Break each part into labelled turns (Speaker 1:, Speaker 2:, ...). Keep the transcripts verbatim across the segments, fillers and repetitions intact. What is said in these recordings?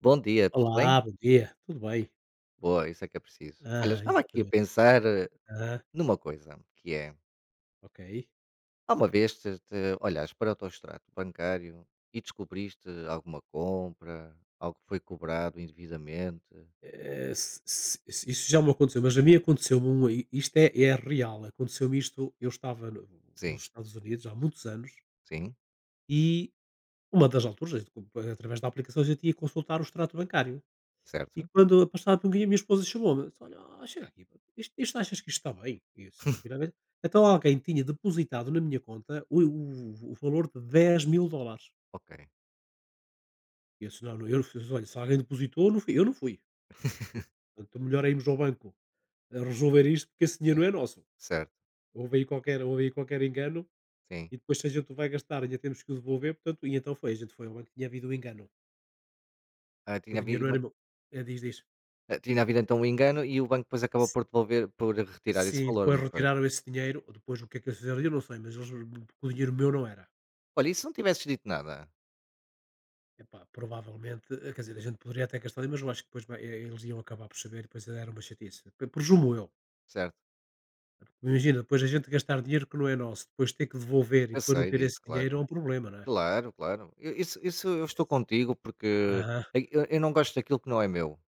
Speaker 1: Bom dia, tudo bem?
Speaker 2: Olá, bom dia, tudo bem?
Speaker 1: Boa, isso é que é preciso. Olha,
Speaker 2: Ah,
Speaker 1: estava aqui a
Speaker 2: exatamente.
Speaker 1: pensar, eh,
Speaker 2: Ah,
Speaker 1: numa coisa, que é,
Speaker 2: ok.
Speaker 1: há uma vez te, te olhaste para o teu extrato bancário e descobriste alguma compra, algo que foi cobrado indevidamente?
Speaker 2: Eh, se se se isso já me aconteceu, mas a mim aconteceu-me um i isto é é real, aconteceu-me isto, eu estava no nos
Speaker 1: Sim,
Speaker 2: Estados Unidos há muitos anos,
Speaker 1: sim,
Speaker 2: e uma das alturas, através da aplicação, eu tinha que consultar o extrato bancário. E
Speaker 1: certo?
Speaker 2: quando passado por um dia, a minha esposa chamou-me, disse: "Olha, ó, chega aqui, pá, isto isto achas que isto está bem?" E eu fui lá ver, então alguém tinha depositado na minha conta o o o valor de dez mil dólares.
Speaker 1: Ok.
Speaker 2: Esse não, não, eu não fiz. Olha, se alguém depositou, não fui eu, não fui. Portanto, melhor é irmos ao banco a resolver isto, porque esse dinheiro
Speaker 1: Sim,
Speaker 2: não é nosso.
Speaker 1: certo,
Speaker 2: Houve aí qualquer, houve aí qualquer engano
Speaker 1: sim.
Speaker 2: e depois se a gente o vai gastar, ainda temos que o devolver, portanto, e então foi, a gente foi ao banco, tinha havido o engano.
Speaker 1: Ah,
Speaker 2: O
Speaker 1: tinha,
Speaker 2: dinheiro
Speaker 1: havido,
Speaker 2: não
Speaker 1: uma-
Speaker 2: era meu. É, diz, diz.
Speaker 1: ah, tinha havido então um engano e o banco depois acabou
Speaker 2: S-
Speaker 1: por devolver, por retirar esse
Speaker 2: Sim,
Speaker 1: valor,
Speaker 2: depois
Speaker 1: não foi?
Speaker 2: retiraram esse dinheiro, ou depois o que é que eles fizeram, eu não sei, mas eles, porque o dinheiro meu não era.
Speaker 1: Olha, e se não tivesses dito nada,
Speaker 2: Epá, provavelmente, eh, quer dizer, a gente poderia até gastar, mas eu acho que depois vai- eh, eles iam acabar por saber e depois era uma chatice. Presumo eu.
Speaker 1: certo?
Speaker 2: Imagina, depois a gente gastar dinheiro que não é nosso, depois ter que devolver e
Speaker 1: Eu
Speaker 2: depois não
Speaker 1: sei
Speaker 2: ter esse
Speaker 1: disso, claro.
Speaker 2: dinheiro é um problema, não é?
Speaker 1: Claro, claro. Eu isso isso eu estou
Speaker 2: Essa-
Speaker 1: contigo, porque
Speaker 2: Aham,
Speaker 1: é, eu eu não gosto daquilo que não é meu.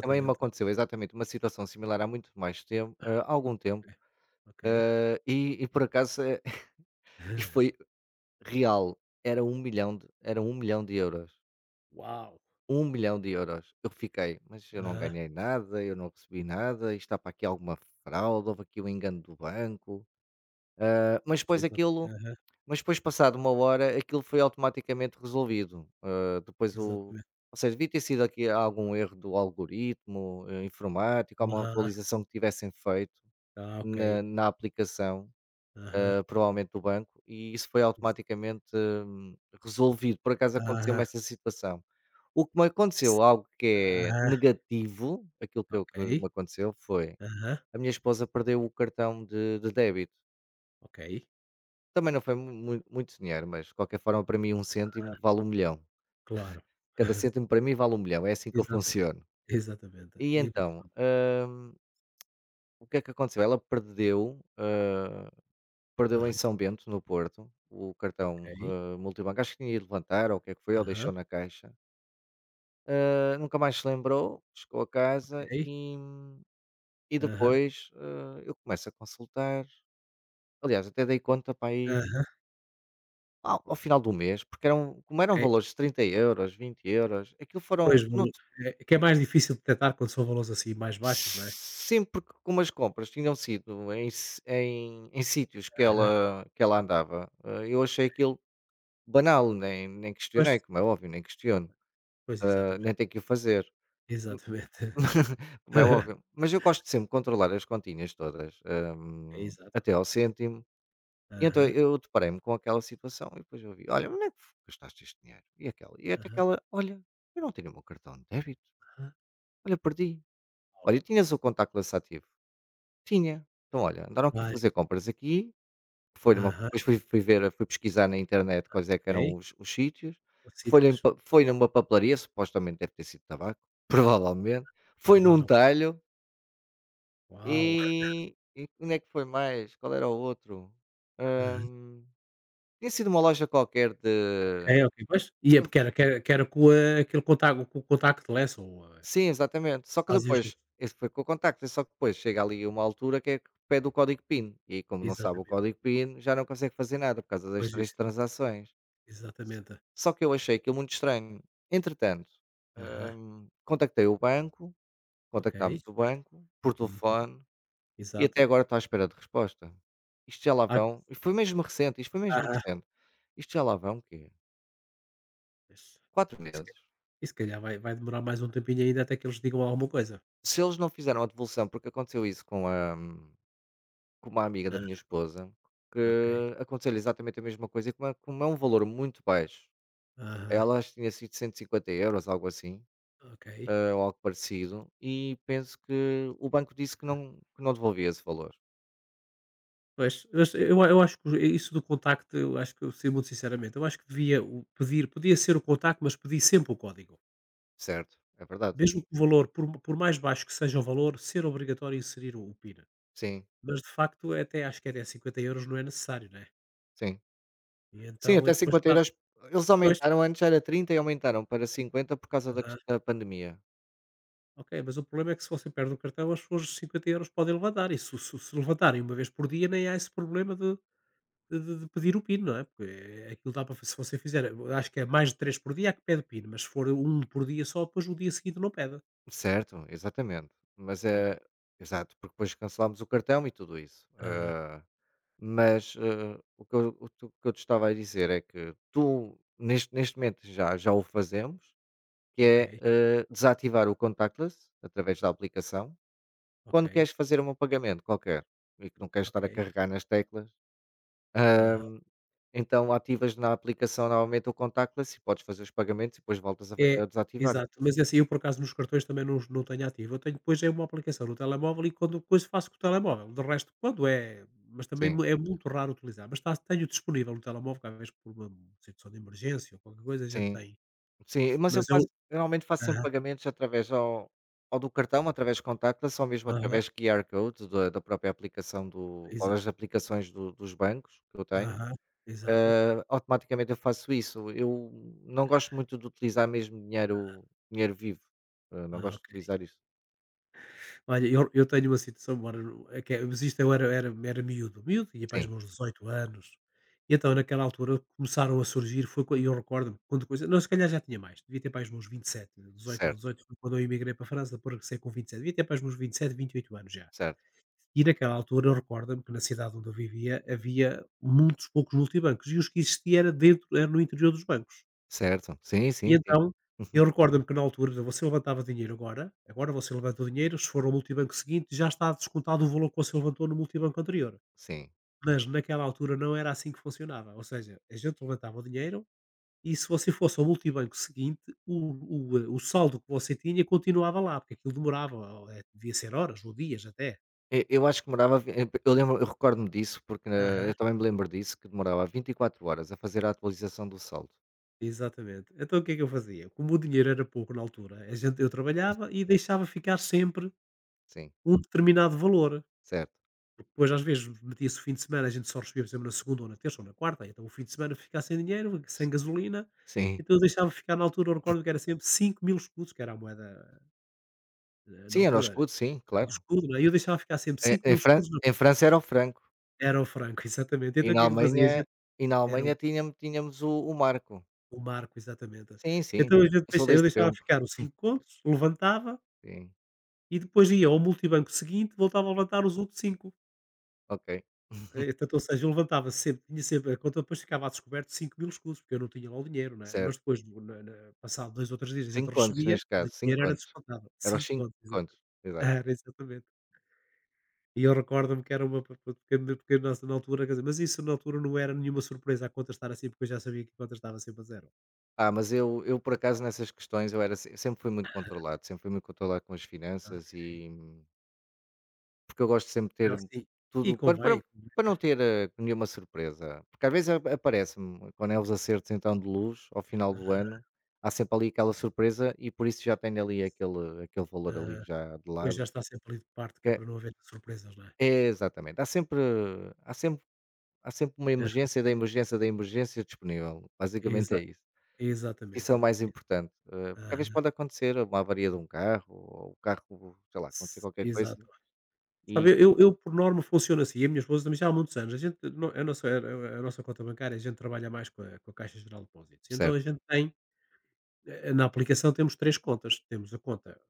Speaker 1: Também me aconteceu exatamente uma situação similar há muito mais tempo, hã, há algum tempo,
Speaker 2: É, ok.
Speaker 1: hã, e e por acaso, eh, e foi real, era um milhão de era um um milhão milhão de euros.
Speaker 2: Uau!
Speaker 1: Um milhão de euros. Eu fiquei: "Mas eu não
Speaker 2: Aham,
Speaker 1: ganhei nada, eu não recebi nada, isto está para aqui alguma fraude, houve aqui um engano do banco". Hã, mas depois
Speaker 2: exa-
Speaker 1: aquilo.
Speaker 2: aham,
Speaker 1: Mas depois, passado uma hora, aquilo foi automaticamente resolvido, hã, depois o,
Speaker 2: exatamente.
Speaker 1: ou seja, devia ter sido aqui algum erro do algoritmo, eh, informático, alguma
Speaker 2: Aham,
Speaker 1: atualização que tivessem feito
Speaker 2: ah, ok.
Speaker 1: na na aplicação,
Speaker 2: Aham,
Speaker 1: hã, provavelmente do banco, e isso foi
Speaker 2: isso,
Speaker 1: automaticamente, hum, resolvido. Por acaso aconteceu-me
Speaker 2: aham,
Speaker 1: essa situação. O que me
Speaker 2: isso,
Speaker 1: aconteceu, algo que é
Speaker 2: aham,
Speaker 1: negativo, aquilo que eu que
Speaker 2: ok.
Speaker 1: me aconteceu foi,
Speaker 2: Aham,
Speaker 1: a minha esposa perdeu o cartão de de débito.
Speaker 2: ok.
Speaker 1: Também não foi mu mui muito dinheiro, mas de qualquer forma para mim um cêntimo vale um milhão.
Speaker 2: Claro.
Speaker 1: Cada
Speaker 2: Aham,
Speaker 1: cêntimo para mim vale um milhão, é assim que eu
Speaker 2: exatamente,
Speaker 1: funciono.
Speaker 2: exatamente.
Speaker 1: E
Speaker 2: Igual
Speaker 1: então,
Speaker 2: também.
Speaker 1: hum, o que é que aconteceu? Ela perdeu, hã, perdeu em
Speaker 2: Aham,
Speaker 1: São Bento, no Porto, o cartão,
Speaker 2: ok.
Speaker 1: hã, multibanco. Acho que tinha ido levantar, ou o que é que foi, ou
Speaker 2: Aham,
Speaker 1: deixou na caixa. Hã, nunca mais se lembrou, chegou a casa
Speaker 2: ok.
Speaker 1: e, hum, e
Speaker 2: Aham,
Speaker 1: depois, hã, eu começo a consultar. Aliás, até dei conta para aí
Speaker 2: aham,
Speaker 1: Ao ao final do mês, porque eram, como
Speaker 2: ok.
Speaker 1: eram valores de trinta euros, vinte euros, aquilo
Speaker 2: Pois,
Speaker 1: foram no
Speaker 2: valo
Speaker 1: t
Speaker 2: é que é mais difícil de detectar quando são valores, assim, mais baixos, não é?
Speaker 1: sempre que, como as compras tinham sido em s em em sítios que
Speaker 2: Aham.
Speaker 1: ela que ela andava, hã, eu achei aquilo banal, nem nem
Speaker 2: Pois,
Speaker 1: questionei, como é óbvio, nem questiono,
Speaker 2: pois
Speaker 1: hã,
Speaker 2: exatamente,
Speaker 1: nem tenho que o fazer,
Speaker 2: exatamente.
Speaker 1: como é óbvio. Mas eu gosto de sempre controlar as continhas todas, hã,
Speaker 2: É exato.
Speaker 1: até ao cêntimo, e então
Speaker 2: Aham,
Speaker 1: eu deparei-me com aquela situação e depois eu vi: "Olha, onde é que gastaste este dinheiro? E aquela? E até
Speaker 2: aham,
Speaker 1: aquela? Olha, eu não tenho o meu cartão de débito".
Speaker 2: aham.
Speaker 1: Olha, perdi.
Speaker 2: Uau.
Speaker 1: Olha, tinhas o contactless ativo? Tinha. Então olha, andaram aqui a
Speaker 2: Vai.
Speaker 1: fazer compras aqui, foi numa,
Speaker 2: Aham,
Speaker 1: depois fui fui ver, fui pesquisar na internet quais é que eram
Speaker 2: ok.
Speaker 1: os os sítios,
Speaker 2: Os
Speaker 1: foi em
Speaker 2: sítios,
Speaker 1: pa, foi numa papelaria, supostamente deve ter sido tabaco, provavelmente, foi num
Speaker 2: provavelmente.
Speaker 1: talho
Speaker 2: Uau.
Speaker 1: e e onde é que foi mais? Qual era o outro?
Speaker 2: Aham.
Speaker 1: Hum, tinha sido uma loja qualquer
Speaker 2: Ok,
Speaker 1: de.
Speaker 2: ok. Pois, e é porque era que era que era com a aquele contago com o contactless ou, eh,
Speaker 1: Sim, exatamente. Só que
Speaker 2: fazem os
Speaker 1: depois, esse foi com o contacto, só que depois chega ali uma altura que é que pede o código PIN. E aí, como não sabe o
Speaker 2: exatamente.
Speaker 1: código PIN, já não consegue fazer nada por causa das
Speaker 2: Pois
Speaker 1: três
Speaker 2: isso,
Speaker 1: transações.
Speaker 2: exatamente.
Speaker 1: Só que eu achei aquilo muito estranho. Entretanto,
Speaker 2: Aham,
Speaker 1: hum, contactei o banco,
Speaker 2: ok.
Speaker 1: contactámos o banco por
Speaker 2: Uhum.
Speaker 1: telefone e até
Speaker 2: Exato.
Speaker 1: agora estou à espera de resposta. Isto já lá
Speaker 2: Ah,
Speaker 1: vão, e foi mesmo recente, isto foi mesmo recente. Isto já lá vão o quê?
Speaker 2: mas
Speaker 1: quatro
Speaker 2: se ca
Speaker 1: meses.
Speaker 2: e se calhar vai vai demorar mais um tempinho ainda até que eles digam alguma coisa.
Speaker 1: Se eles não fizeram a devolução, porque aconteceu isso com a com uma amiga da minha
Speaker 2: Ah,
Speaker 1: esposa,
Speaker 2: ok.
Speaker 1: que aconteceu-lhe exatamente a mesma coisa e como é, como é um valor muito baixo,
Speaker 2: Aham,
Speaker 1: ela acho que tinha sido cento e cinquenta euros, algo assim,
Speaker 2: ok.
Speaker 1: eh, ou algo parecido, e penso que o banco disse que não, que não devolvia esse valor,
Speaker 2: Pois, mas eu eu acho que isso do contacto, eu acho que eu sim, muito sinceramente, eu acho que devia o pedir podia ser o contacto, mas pedir sempre o código.
Speaker 1: certo? É verdade?
Speaker 2: Mesmo que o valor, por por mais baixo que seja o valor, ser obrigatório inserir o o PIN.
Speaker 1: Sim,
Speaker 2: Mas de facto até acho que até cinquenta euros não é necessário, né.
Speaker 1: sim.
Speaker 2: E então,
Speaker 1: Sim,
Speaker 2: eu
Speaker 1: até
Speaker 2: depois
Speaker 1: 50
Speaker 2: claro,
Speaker 1: euros, eles
Speaker 2: pois.
Speaker 1: aumentaram, antes era trinta e aumentaram para cinquenta por causa da, ques- da pandemia.
Speaker 2: Ok, mas o problema é que se você perde o cartão, as suas euros podem levantar. E se, se- se levantarem uma vez por dia, nem há esse problema de, de- de pedir o PIN, não é? Porque é- aquilo dá para. Se você fizer, eu acho que é mais de três por dia, é que pede PIN, mas se for um por dia só, depois o dia seguinte não pede,
Speaker 1: Certo, exatamente. Mas
Speaker 2: não é?
Speaker 1: é, exato, porque depois cancelámos o cartão e tudo isso.
Speaker 2: Aham,
Speaker 1: Ah, mas, eh, o que eu o tu o que eu te estava a dizer é que tu, neste neste momento já já o fazemos, que
Speaker 2: ok,
Speaker 1: é, eh, desativar o contactless através da aplicação,
Speaker 2: ok,
Speaker 1: quando queres fazer um pagamento qualquer e que não queres estar a
Speaker 2: ok.
Speaker 1: carregar nas teclas,
Speaker 2: Aham.
Speaker 1: hã, então ativas na aplicação novamente o contactless e podes fazer os pagamentos e depois voltas a fa
Speaker 2: É,
Speaker 1: a desativar.
Speaker 2: exato. Mas assim, eu por acaso nos cartões também não os não tenho ativo. Eu tenho depois é uma aplicação no telemóvel e quando coisa faço com o telemóvel. De resto, quando é mas também
Speaker 1: Sim,
Speaker 2: mu é muito raro utilizar, mas está tenho disponível no telemóvel cada vez que por uma situação de emergência ou qualquer coisa a gente
Speaker 1: sim.
Speaker 2: tem.
Speaker 1: Sim, mas eu
Speaker 2: Mas
Speaker 1: faço
Speaker 2: eu
Speaker 1: geralmente faço sempre
Speaker 2: Aham,
Speaker 1: pagamentos através ao, ou do cartão, através de contactless, ou mesmo
Speaker 2: aham,
Speaker 1: através de Q R Code da da própria aplicação do, ou
Speaker 2: exa
Speaker 1: das aplicações do dos bancos que eu tenho,
Speaker 2: aham, exato.
Speaker 1: hã, automaticamente eu faço isso. Eu não gosto muito de utilizar mesmo dinheiro dinheiro vivo, hã, não
Speaker 2: Ah,
Speaker 1: gosto de
Speaker 2: ok.
Speaker 1: utilizar isso.
Speaker 2: Olha, eu eu tenho uma situação, ora, no- é que é mas isto eu era era era miúdo, miúdo, tinha pais
Speaker 1: Sim,
Speaker 2: meus dezoito anos, e então naquela altura começaram a surgir, foi quan e eu recordo-me quando coisa não, se calhar já tinha mais, devia ter para aí os meus vinte e sete, dezoito não,
Speaker 1: certo,
Speaker 2: dezoito foi quando eu imigrei para a França, depois regressei com vinte e sete devia ter para aí os meus vinte e sete, vinte e oito anos já.
Speaker 1: certo,
Speaker 2: E naquela altura eu recordo-me que na cidade onde eu vivia havia muitos poucos multibancos e os que existiam era dentro era no interior dos bancos.
Speaker 1: certo. Sim,
Speaker 2: E
Speaker 1: sim, sim.
Speaker 2: então, eu recordo-me que na altura você levantava dinheiro agora, agora você levanta o dinheiro, se for ao multibanco seguinte já está descontado o valor que você levantou no multibanco anterior.
Speaker 1: sim.
Speaker 2: Mas naquela altura não era assim que funcionava, ou seja, a gente levantava o dinheiro e se você fosse ao multibanco seguinte, o o, eh, o saldo que você tinha continuava lá, porque aquilo demorava, ou, eh, devia ser horas ou dias até.
Speaker 1: E eu acho que demorava vi, eh, eu lembro, eu recordo-me disso, porque, eh,
Speaker 2: Aham,
Speaker 1: eu também me lembro disso, que demorava vinte e quatro horas a fazer a atualização do saldo.
Speaker 2: exatamente. Então o que é que eu fazia? Como o dinheiro era pouco na altura, a gente eu trabalhava e deixava ficar sempre
Speaker 1: Sim,
Speaker 2: um determinado valor.
Speaker 1: certo.
Speaker 2: Depois às vezes metia-se o fim de semana, a gente só recebia, por exemplo, na segunda ou na terça ou na quarta, então o fim de semana ficava sem dinheiro, sem gasolina,
Speaker 1: Sim.
Speaker 2: então eu deixava ficar na altura, eu recordo que era sempre cinco mil escudos, que era a moeda, eh, na
Speaker 1: Sim, era o
Speaker 2: altura
Speaker 1: escudo, sim,
Speaker 2: era um
Speaker 1: claro.
Speaker 2: escudo, não é, e eu deixava ficar sempre
Speaker 1: Em
Speaker 2: cinco mil
Speaker 1: em Fran
Speaker 2: escudos no
Speaker 1: em França era o franco
Speaker 2: era o franco, exatamente.
Speaker 1: e
Speaker 2: Então o
Speaker 1: na
Speaker 2: que é que eu fazia? A
Speaker 1: Alemanha
Speaker 2: gente
Speaker 1: e na
Speaker 2: Era o
Speaker 1: Alemanha tínhamos tínhamos o o marco.
Speaker 2: o marco, exatamente.
Speaker 1: Sim, sim,
Speaker 2: Então a
Speaker 1: sim.
Speaker 2: gente
Speaker 1: Eu sou
Speaker 2: deixa eu
Speaker 1: desse
Speaker 2: deixava
Speaker 1: tempo,
Speaker 2: ficar os cinco contos, levantava
Speaker 1: sim.
Speaker 2: e depois ia ao multibanco seguinte, voltava a levantar os outros cinco.
Speaker 1: Ok,
Speaker 2: Eh, Tanto, ou seja, eu levantava sempre, tinha sempre a conta, depois ficava a descoberto cinco mil escudos, porque eu não tinha lá o dinheiro, né? Mas
Speaker 1: certo.
Speaker 2: depois, no- na, na- passado dois ou três dias, a gente
Speaker 1: Cinco contos
Speaker 2: recebia
Speaker 1: neste
Speaker 2: e o
Speaker 1: caso, cinco
Speaker 2: dinheiro era
Speaker 1: contos.
Speaker 2: descontado.
Speaker 1: Eram os
Speaker 2: cinco
Speaker 1: cinco
Speaker 2: contas,
Speaker 1: contos,
Speaker 2: exatamente.
Speaker 1: exato.
Speaker 2: Era, exatamente. E eu recordo-me que era uma. Pa- pa- Porque, porque na, na altura, quer dizer, mas isso na altura não era nenhuma surpresa a conta estar assim, porque eu já sabia que a conta estava sempre a zero.
Speaker 1: Ah, mas eu eu por acaso nessas questões eu era se sempre fui muito controlado, sempre fui muito controlado com as
Speaker 2: Tá?
Speaker 1: finanças.
Speaker 2: Ok.
Speaker 1: E porque eu gosto sempre
Speaker 2: Não,
Speaker 1: de ter
Speaker 2: sim. E
Speaker 1: tudo para
Speaker 2: convém,
Speaker 1: para para
Speaker 2: convém.
Speaker 1: não ter, eh, nenhuma surpresa, porque às vezes a aparece-me, quando é os acertos então de luz, ao final do
Speaker 2: Aham,
Speaker 1: ano, há sempre ali aquela surpresa e por isso já tenho ali aquele aquele valor ali
Speaker 2: ah,
Speaker 1: já de
Speaker 2: depois já
Speaker 1: lado,
Speaker 2: está sempre ali de parte, que
Speaker 1: que
Speaker 2: é
Speaker 1: é,
Speaker 2: para não haver surpresas, não é?
Speaker 1: é exatamente, há sempre há sempre há sempre uma
Speaker 2: É,
Speaker 1: emergência da emergência da emergência disponível, basicamente é
Speaker 2: Exa
Speaker 1: isso. Isso é
Speaker 2: exatamente.
Speaker 1: o mais
Speaker 2: É.
Speaker 1: importante, eh, porque às vezes
Speaker 2: Aham,
Speaker 1: pode acontecer uma avaria de um carro, ou o carro, sei lá, acontecer
Speaker 2: s-
Speaker 1: qualquer coisa.
Speaker 2: exato. Sabe,
Speaker 1: E
Speaker 2: eu eu por norma funciono assim, e a minha esposa também já há muitos anos, a gente no a nossa a nossa conta bancária, a gente trabalha mais com a com a Caixa Geral de Depósitos, então a
Speaker 1: certo.
Speaker 2: gente tem, eh, na aplicação temos três contas, temos a conta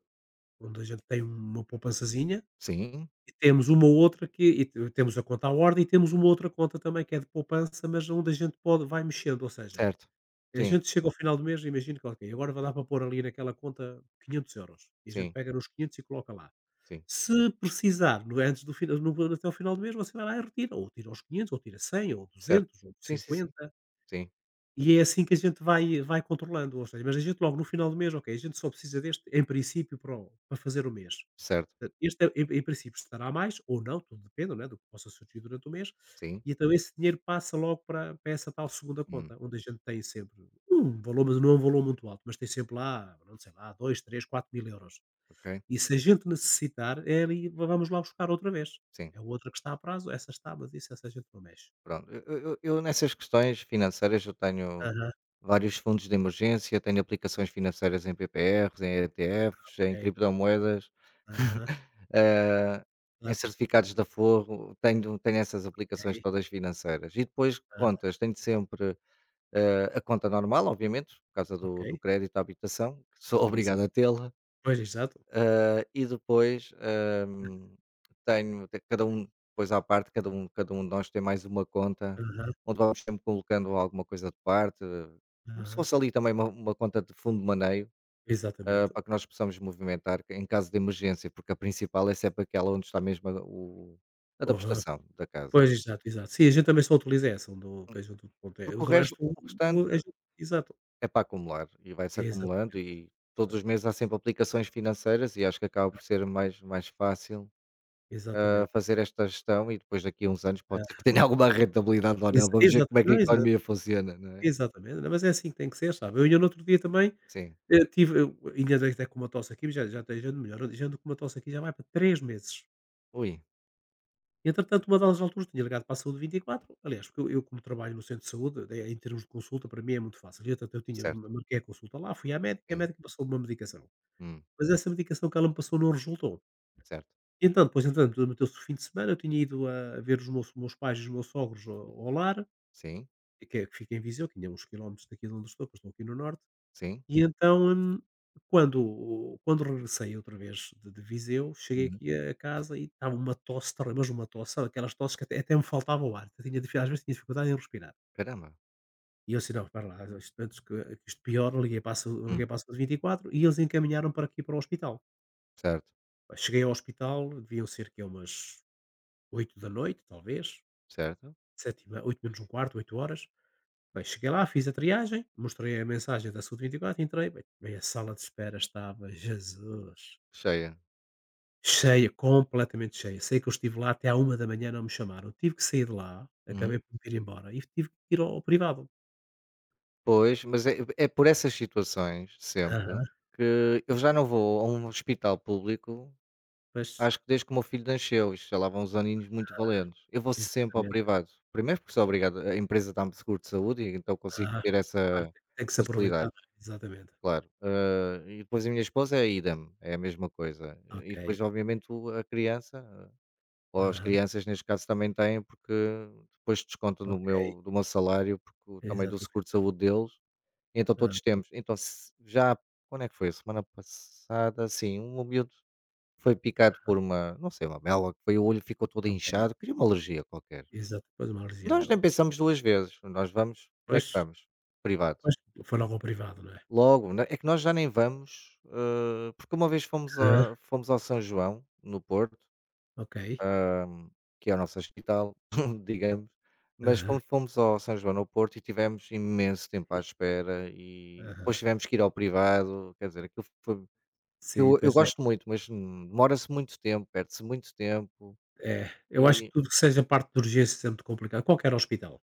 Speaker 2: onde a gente tem uma poupançazinha,
Speaker 1: Sim,
Speaker 2: e temos uma outra que e te temos a conta à ordem e temos uma outra conta também que é de poupança, mas onde a gente pode vai mexendo, ou seja,
Speaker 1: certo.
Speaker 2: a
Speaker 1: Sim.
Speaker 2: gente chega ao final do mês, e imagina que: "Ok, agora vai dar para pôr ali naquela conta quinhentos euros e a gente
Speaker 1: Sim,
Speaker 2: pega nos quinhentos e coloca lá.
Speaker 1: sim,
Speaker 2: Se precisar, no antes do final no até ao final do mês, você vai lá e retira, ou tira os quinhentos, ou tira cem, ou
Speaker 1: certo.
Speaker 2: duzentos, ou
Speaker 1: Sim, sim, sim.
Speaker 2: cinquenta,
Speaker 1: Sim,
Speaker 2: e é assim que a gente vai vai controlando, ou seja, mas a gente logo no final do mês, ok, a gente só precisa deste, em princípio, para o para fazer o mês.
Speaker 1: certo.
Speaker 2: Portanto, este é- em em princípio estará mais ou não, tudo depende, não é, do que possa surgir durante o mês,
Speaker 1: Sim,
Speaker 2: e então esse dinheiro passa logo para para essa tal segunda
Speaker 1: hum,
Speaker 2: conta, onde a gente tem sempre um valor, mas não é um valor muito alto, mas tem sempre lá, não sei lá, dois, três, quatro mil euros.
Speaker 1: ok,
Speaker 2: E se a gente necessitar, é ali va vamos lá buscar outra vez.
Speaker 1: sim,
Speaker 2: É outra que está a prazo, essa está, mas isso essa a gente não mexe.
Speaker 1: pronto. Eu eu eu nessas questões financeiras eu tenho
Speaker 2: Aham,
Speaker 1: vários fundos de emergência, tenho aplicações financeiras em P P R's, em E T F's, em
Speaker 2: ok.
Speaker 1: criptomoedas,
Speaker 2: Aham,
Speaker 1: hã, em
Speaker 2: exato.
Speaker 1: certificados de aforro, tenho tenho essas aplicações
Speaker 2: Ok.
Speaker 1: todas financeiras. E depois
Speaker 2: Aham,
Speaker 1: contas, tenho sempre, hã, a conta normal, obviamente, por causa
Speaker 2: ok.
Speaker 1: do do crédito à habitação, que sou obrigado
Speaker 2: Exato.
Speaker 1: a tê-la.
Speaker 2: Pois, exato.
Speaker 1: Eh, e depois, hum, tenho te- cada um, depois à parte, cada um, cada um de nós tem mais uma conta,
Speaker 2: Aham,
Speaker 1: onde vamos sempre colocando alguma coisa de parte, eh, como se
Speaker 2: aham.
Speaker 1: fosse ali também uma, uma conta de fundo de maneio, eh,
Speaker 2: Exatamente.
Speaker 1: para que nós possamos movimentar em caso de emergência, porque a principal é sempre aquela onde está mesmo a, o- a da
Speaker 2: Aham.
Speaker 1: prestação da casa.
Speaker 2: Pois, exato, exato. Sim, a gente também só utiliza essa, onde o que a gente pronto, eh,
Speaker 1: Porque o
Speaker 2: do
Speaker 1: resto,
Speaker 2: resto
Speaker 1: o
Speaker 2: o a
Speaker 1: restante
Speaker 2: gente exato.
Speaker 1: é para acumular e vai-se
Speaker 2: Exatamente.
Speaker 1: acumulando e todos
Speaker 2: É,
Speaker 1: os meses há sempre aplicações financeiras e acho que acaba
Speaker 2: é,
Speaker 1: por ser mais, mais fácil a
Speaker 2: exatamente.
Speaker 1: fazer esta gestão e depois daqui a uns anos pode ser
Speaker 2: É,
Speaker 1: que tenha alguma rentabilidade ou não.
Speaker 2: exa
Speaker 1: Vamos ver
Speaker 2: exato.
Speaker 1: como é que a
Speaker 2: Não, exato.
Speaker 1: economia funciona, não é?
Speaker 2: Exatamente. Não, mas é assim que tem que ser, sabe. Eu ainda no outro dia também
Speaker 1: Sim.
Speaker 2: Eu tive eu ainda andei até com uma tosse aqui, mas já já tenho- já ando melhor, já ando com uma tosse aqui já vai para três meses.
Speaker 1: Ui,
Speaker 2: Entretanto, uma delas, alturas tinha ligado para a Saúde vinte e quatro aliás, porque eu eu como trabalho no centro de saúde, eh, em termos de consulta, para mim é muito fácil, e então eu tinha
Speaker 1: certo.
Speaker 2: marquei a consulta lá, fui à médica e a
Speaker 1: Sim.
Speaker 2: médica passou uma medicação,
Speaker 1: Hum,
Speaker 2: mas essa medicação que ela me passou não resultou.
Speaker 1: certo.
Speaker 2: Então, depois, entretanto, meteu-se o fim de semana, eu tinha ido a ver os meus meus pais e os meus sogros ao ao lar,
Speaker 1: Sim,
Speaker 2: que é que fica em Viseu, que ainda é uns quilómetros daqui de onde estou, que eu estou aqui no norte.
Speaker 1: sim.
Speaker 2: E então, hum, quando quando regressei outra vez de de Viseu, cheguei
Speaker 1: Uhum.
Speaker 2: aqui a casa e estava uma tosse terri mas uma tosse, sabe aquelas tosses que até até me faltava o ar, eu tinha difi às vezes tinha dificuldade em respirar.
Speaker 1: Caramba.
Speaker 2: E eu assim: "Não, espera lá, isto antes que que isto piore". Liguei para a saú liguei
Speaker 1: Hum,
Speaker 2: para a saúde vinte e quatro e quatro e eles encaminharam para aqui para o hospital.
Speaker 1: certo,
Speaker 2: Cheguei ao hospital, deviam ser que é umas oito da noite talvez,
Speaker 1: certo.
Speaker 2: dezanove horas, vinte horas menos um quarto, oito horas. Bem, cheguei lá, fiz a triagem, mostrei a mensagem da saúde vinte e quatro, entrei, bem, bem, a sala de espera estava, Jesus!
Speaker 1: Cheia.
Speaker 2: Cheia, completamente cheia. Sei que eu estive lá até à uma da manhã, não me chamaram. Tive que sair de lá, acabei
Speaker 1: Uhum.
Speaker 2: por me ir embora e tive que ir ao ao privado.
Speaker 1: Pois, mas é, é por essas situações sempre
Speaker 2: Aham,
Speaker 1: que eu já não vou a um hospital público.
Speaker 2: pois,
Speaker 1: Acho que desde que o meu filho nasceu, isto já lá vão uns aninhos muito valentes, eu vou sempre ao
Speaker 2: exatamente.
Speaker 1: privado. Primeiro porque sou obrigado, a empresa dá-me seguro de saúde e então consigo
Speaker 2: Aham.
Speaker 1: ter
Speaker 2: Claro,
Speaker 1: essa
Speaker 2: tem tem que se aproveitar, não
Speaker 1: facilidade,
Speaker 2: é? Exatamente.
Speaker 1: claro. Ah, e depois a minha esposa é idem, é a mesma coisa. E
Speaker 2: Ok.
Speaker 1: depois obviamente o a criança, ah, ou as
Speaker 2: Aham,
Speaker 1: crianças neste caso também têm, porque depois descontam no
Speaker 2: ok.
Speaker 1: meu do meu salário, porque o- também do
Speaker 2: Exatamente.
Speaker 1: seguro de saúde deles, então
Speaker 2: Ah,
Speaker 1: todos temos. Então se já quando é que foi? A semana passada, sim, um miúdo foi picado por uma não sei, lamela, que foi, o olho ficou todo
Speaker 2: ok.
Speaker 1: inchado, queria uma alergia qualquer.
Speaker 2: Exato, pois uma
Speaker 1: Nós
Speaker 2: religião.
Speaker 1: nem pensamos duas vezes, nós vamos, onde é
Speaker 2: Pois,
Speaker 1: que vamos? Privado.
Speaker 2: pois, foi logo ao privado, não é?
Speaker 1: Logo, né, é que nós já nem vamos, hã, porque uma vez fomos
Speaker 2: Aham,
Speaker 1: a fomos ao São João, no Porto,
Speaker 2: ok.
Speaker 1: hã, que é o nosso hospital, digamos, mas
Speaker 2: Aham,
Speaker 1: fomos fomos ao São João no Porto e tivemos imenso tempo à
Speaker 2: ok.
Speaker 1: espera e e
Speaker 2: Aham.
Speaker 1: depois tivemos que ir ao privado, quer dizer, aquilo foi que
Speaker 2: Sim,
Speaker 1: eu eu
Speaker 2: pois é.
Speaker 1: gosto muito, mas, hum, demora-se muito tempo, perde-se muito tempo.
Speaker 2: É, eu acho que tudo que seja parte de urgência é sempre complicado, qualquer hospital.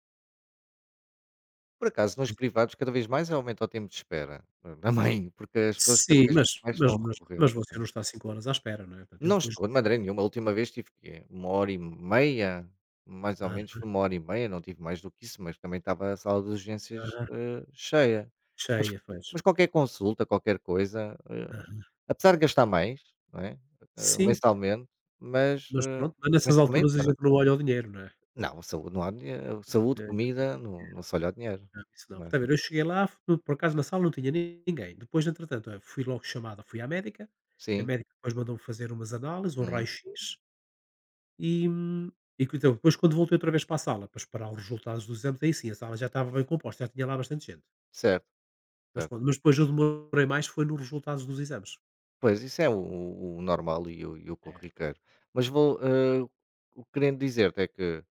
Speaker 1: Por acaso, nos privados, cada vez mais aumenta o tempo de espera, eh, também, porque as pessoas cada
Speaker 2: Sim,
Speaker 1: vez
Speaker 2: mas
Speaker 1: mais
Speaker 2: mas
Speaker 1: estão a
Speaker 2: mas
Speaker 1: recorrer,
Speaker 2: mas você
Speaker 1: não é?
Speaker 2: não está cinco horas à espera, não é? Portanto, eu
Speaker 1: Não
Speaker 2: depois
Speaker 1: estou de maneira nenhuma, a última vez tive quê? Uma hora e meia, mais ou menos,
Speaker 2: aham,
Speaker 1: foi uma hora e meia, não tive mais do que isso, mas também estava a sala de urgências,
Speaker 2: aham,
Speaker 1: eh, cheia. Mas
Speaker 2: cheia, pois.
Speaker 1: mas qualquer consulta, qualquer coisa, eh,
Speaker 2: Aham.
Speaker 1: apesar de gastar mais, não é, eh,
Speaker 2: Sim,
Speaker 1: mensalmente, mas,
Speaker 2: mas
Speaker 1: eh,
Speaker 2: pronto, mas nessas
Speaker 1: mensalmente
Speaker 2: alturas a gente
Speaker 1: pronto.
Speaker 2: não olha o dinheiro, não é?
Speaker 1: Não, saúde não há dinhe,
Speaker 2: É,
Speaker 1: saúde,
Speaker 2: não
Speaker 1: comida,
Speaker 2: olha o
Speaker 1: não não
Speaker 2: dinheiro,
Speaker 1: se olha o dinheiro,
Speaker 2: não, isso não.
Speaker 1: não
Speaker 2: Está
Speaker 1: é?
Speaker 2: a ver, eu cheguei lá, fo por acaso na sala não tinha ni- ninguém. Depois, entretanto, eh, fui logo chamada, fui à médica, a
Speaker 1: Sim,
Speaker 2: médica depois mandou-me fazer umas análises, um
Speaker 1: uhum.
Speaker 2: raio-x e, hum, e que então depois quando voltei outra vez para a sala para esperar os resultados dos exames, aí sim, a sala já estava bem composta, já tinha lá bastante gente.
Speaker 1: Certo,
Speaker 2: Mas
Speaker 1: certo.
Speaker 2: pronto, mas depois eu demorei mais foi nos resultados dos exames.
Speaker 1: Pois, isso é o o o normal e o e o
Speaker 2: É.
Speaker 1: corriqueiro. Mas vou, eh, o que querendo dizer-te é que,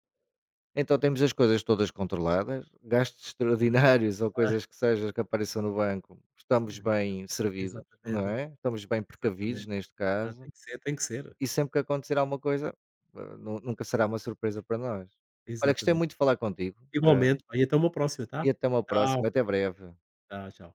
Speaker 1: então temos as coisas todas controladas, gastos extraordinários ou
Speaker 2: Ah,
Speaker 1: coisas que sejam que apareçam no banco, estamos
Speaker 2: exa-
Speaker 1: bem servidos, não
Speaker 2: exatamente,
Speaker 1: é? Estamos bem precavidos
Speaker 2: exatamente.
Speaker 1: neste
Speaker 2: Ah,
Speaker 1: caso,
Speaker 2: tem que ser, tem que ser.
Speaker 1: e sempre que acontecer alguma coisa, eh, nu nunca será uma surpresa para nós. Olha, gostei
Speaker 2: Exatamente.
Speaker 1: muito de falar contigo, eh,
Speaker 2: Igualmente, olha, até uma próxima, tá?
Speaker 1: e até uma
Speaker 2: Tchau,
Speaker 1: próxima, até breve.
Speaker 2: tchau, tchau.